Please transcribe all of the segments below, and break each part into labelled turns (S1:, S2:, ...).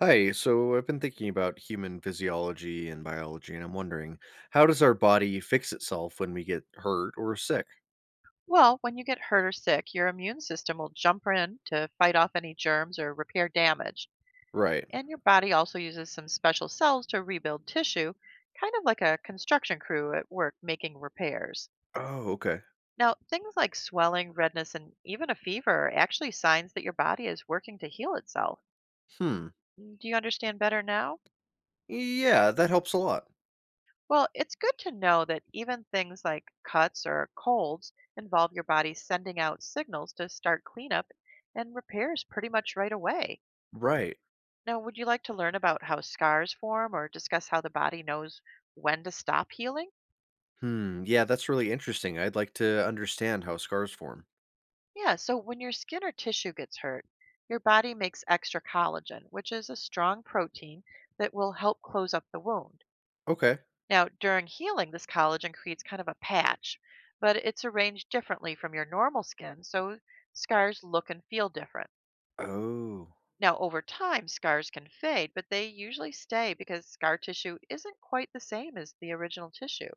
S1: Hi, so I've been thinking about human physiology and biology, and I'm wondering how does our body fix itself when we get hurt or sick?
S2: Well, when you get hurt or sick, your immune system will jump in to fight off any germs or repair damage.
S1: Right.
S2: And your body also uses some special cells to rebuild tissue, kind of like a construction crew at work making repairs.
S1: Oh, okay.
S2: Now, things like swelling, redness, and even a fever are actually signs that your body is working to heal itself.
S1: Hmm.
S2: Do you understand better now?
S1: Yeah, that helps a lot.
S2: Well, it's good to know that even things like cuts or colds involve your body sending out signals to start cleanup and repairs pretty much right away.
S1: Right.
S2: Now, would you like to learn about how scars form or discuss how the body knows when to stop healing?
S1: Hmm. Yeah, that's really interesting. I'd like to understand how scars form.
S2: Yeah, so when your skin or tissue gets hurt, your body makes extra collagen, which is a strong protein that will help close up the wound.
S1: Okay.
S2: Now, during healing, this collagen creates kind of a patch, but it's arranged differently from your normal skin, so scars look and feel different.
S1: Oh,
S2: Now, over time, scars can fade, but they usually stay because scar tissue isn't quite the same as the original tissue.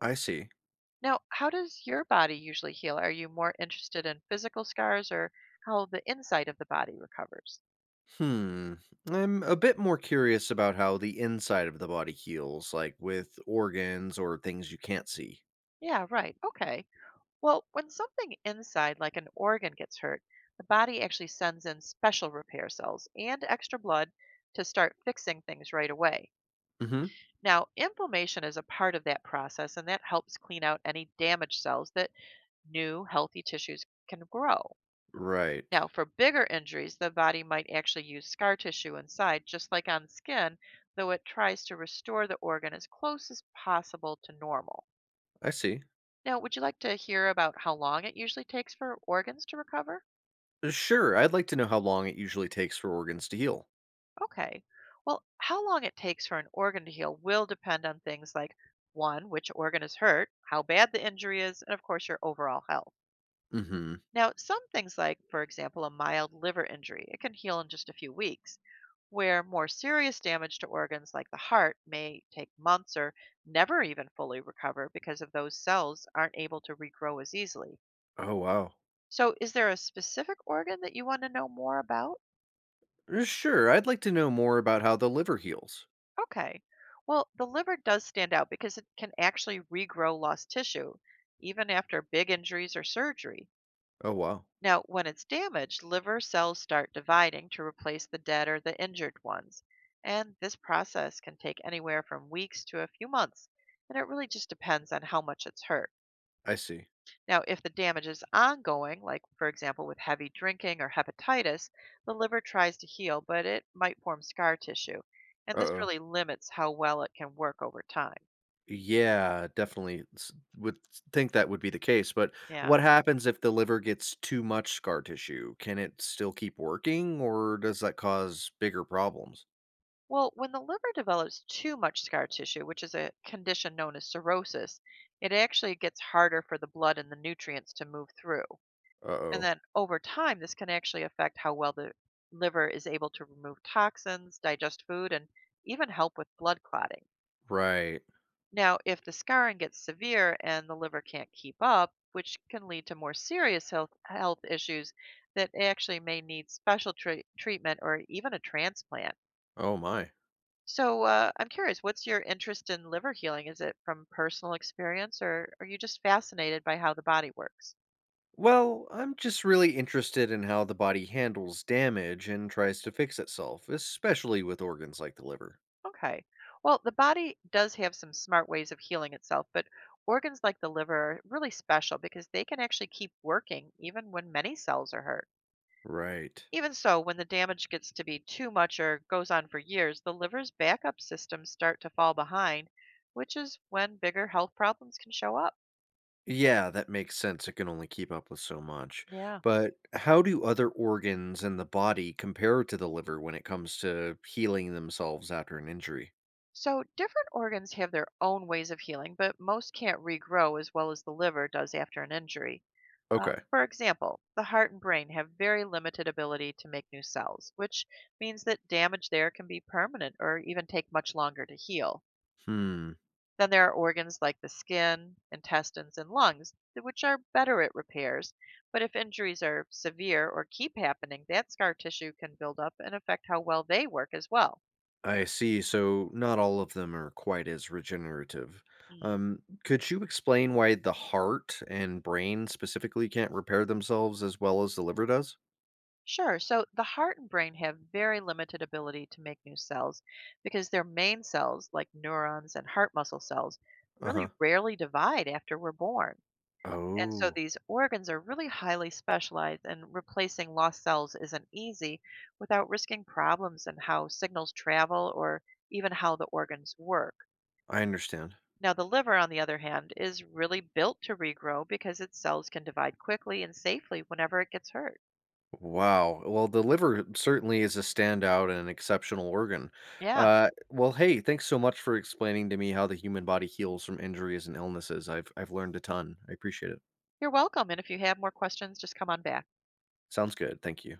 S1: I see.
S2: Now, how does your body usually heal? Are you more interested in physical scars or how the inside of the body recovers?
S1: Hmm. I'm a bit more curious about how the inside of the body heals, like with organs or things you can't see.
S2: Yeah, right. Okay. Well, when something inside, like an organ, gets hurt, the body actually sends in special repair cells and extra blood to start fixing things right away.
S1: Mm hmm.
S2: Now, inflammation is a part of that process, and that helps clean out any damaged cells that new, healthy tissues can grow.
S1: Right.
S2: Now, for bigger injuries, the body might actually use scar tissue inside, just like on skin, though it tries to restore the organ as close as possible to normal.
S1: I see.
S2: Now, would you like to hear about how long it usually takes for organs to recover?
S1: Sure, I'd like to know how long it usually takes for organs to heal.
S2: Okay. Well, how long it takes for an organ to heal will depend on things like one, which organ is hurt, how bad the injury is, and of course, your overall health.
S1: Hmm.
S2: Now, some things like, for example, a mild liver injury, it can heal in just a few weeks, where more serious damage to organs like the heart may take months or never even fully recover because of those cells aren't able to regrow as easily.
S1: Oh, wow.
S2: So, is there a specific organ that you want to know more about?
S1: Sure, I'd like to know more about how the liver heals.
S2: Okay. Well, the liver does stand out because it can actually regrow lost tissue, even after big injuries or surgery.
S1: Oh, wow.
S2: Now, when it's damaged, liver cells start dividing to replace the dead or the injured ones. And this process can take anywhere from weeks to a few months, and it really just depends on how much it's hurt.
S1: I see.
S2: Now, if the damage is ongoing, like for example with heavy drinking or hepatitis, the liver tries to heal, but it might form scar tissue. And
S1: Uh
S2: this
S1: oh.
S2: really limits how well it can work over time.
S1: Yeah, definitely would think that would be the case. But
S2: Yeah.
S1: what happens if the liver gets too much scar tissue? Can it still keep working, or does that cause bigger problems?
S2: Well, when the liver develops too much scar tissue, which is a condition known as cirrhosis, it actually gets harder for the blood and the nutrients to move through.
S1: Uh
S2: And
S1: oh.
S2: then over time, this can actually affect how well the liver is able to remove toxins, digest food, and even help with blood clotting.
S1: Right.
S2: Now, if the scarring gets severe and the liver can't keep up, which can lead to more serious health issues that actually may need special treatment or even a transplant.
S1: Oh, my.
S2: So I'm curious, what's your interest in liver healing? Is it from personal experience, or are you just fascinated by how the body works?
S1: Well, I'm just really interested in how the body handles damage and tries to fix itself, especially with organs like the liver.
S2: Okay. Well, the body does have some smart ways of healing itself, but organs like the liver are really special because they can actually keep working even when many cells are hurt.
S1: Right.
S2: Even so, when the damage gets to be too much or goes on for years, the liver's backup systems start to fall behind, which is when bigger health problems can show up.
S1: Yeah, that makes sense. It can only keep up with so much.
S2: Yeah.
S1: But how do other organs in the body compare to the liver when it comes to healing themselves after an injury?
S2: So, different organs have their own ways of healing, but most can't regrow as well as the liver does after an injury.
S1: Okay.
S2: For example, the heart and brain have very limited ability to make new cells, which means that damage there can be permanent or even take much longer to heal.
S1: Hmm.
S2: Then there are organs like the skin, intestines, and lungs, which are better at repairs. But if injuries are severe or keep happening, that scar tissue can build up and affect how well they work as well.
S1: I see. So not all of them are quite as regenerative. Could you explain why the heart and brain specifically can't repair themselves as well as the liver does?
S2: Sure. So the heart and brain have very limited ability to make new cells because their main cells, like neurons and heart muscle cells,
S1: Uh
S2: really
S1: huh.
S2: rarely divide after we're born. And so
S1: Oh,
S2: these organs are really highly specialized, and replacing lost cells isn't easy without risking problems in how signals travel or even how the organs work.
S1: I understand.
S2: Now, the liver, on the other hand, is really built to regrow because its cells can divide quickly and safely whenever it gets hurt.
S1: Wow. Well, the liver certainly is a standout and an exceptional organ.
S2: Yeah.
S1: Well, hey, thanks so much for explaining to me how the human body heals from injuries and illnesses. I've learned a ton. I appreciate it.
S2: You're welcome. And if you have more questions, just come on back.
S1: Sounds good. Thank you.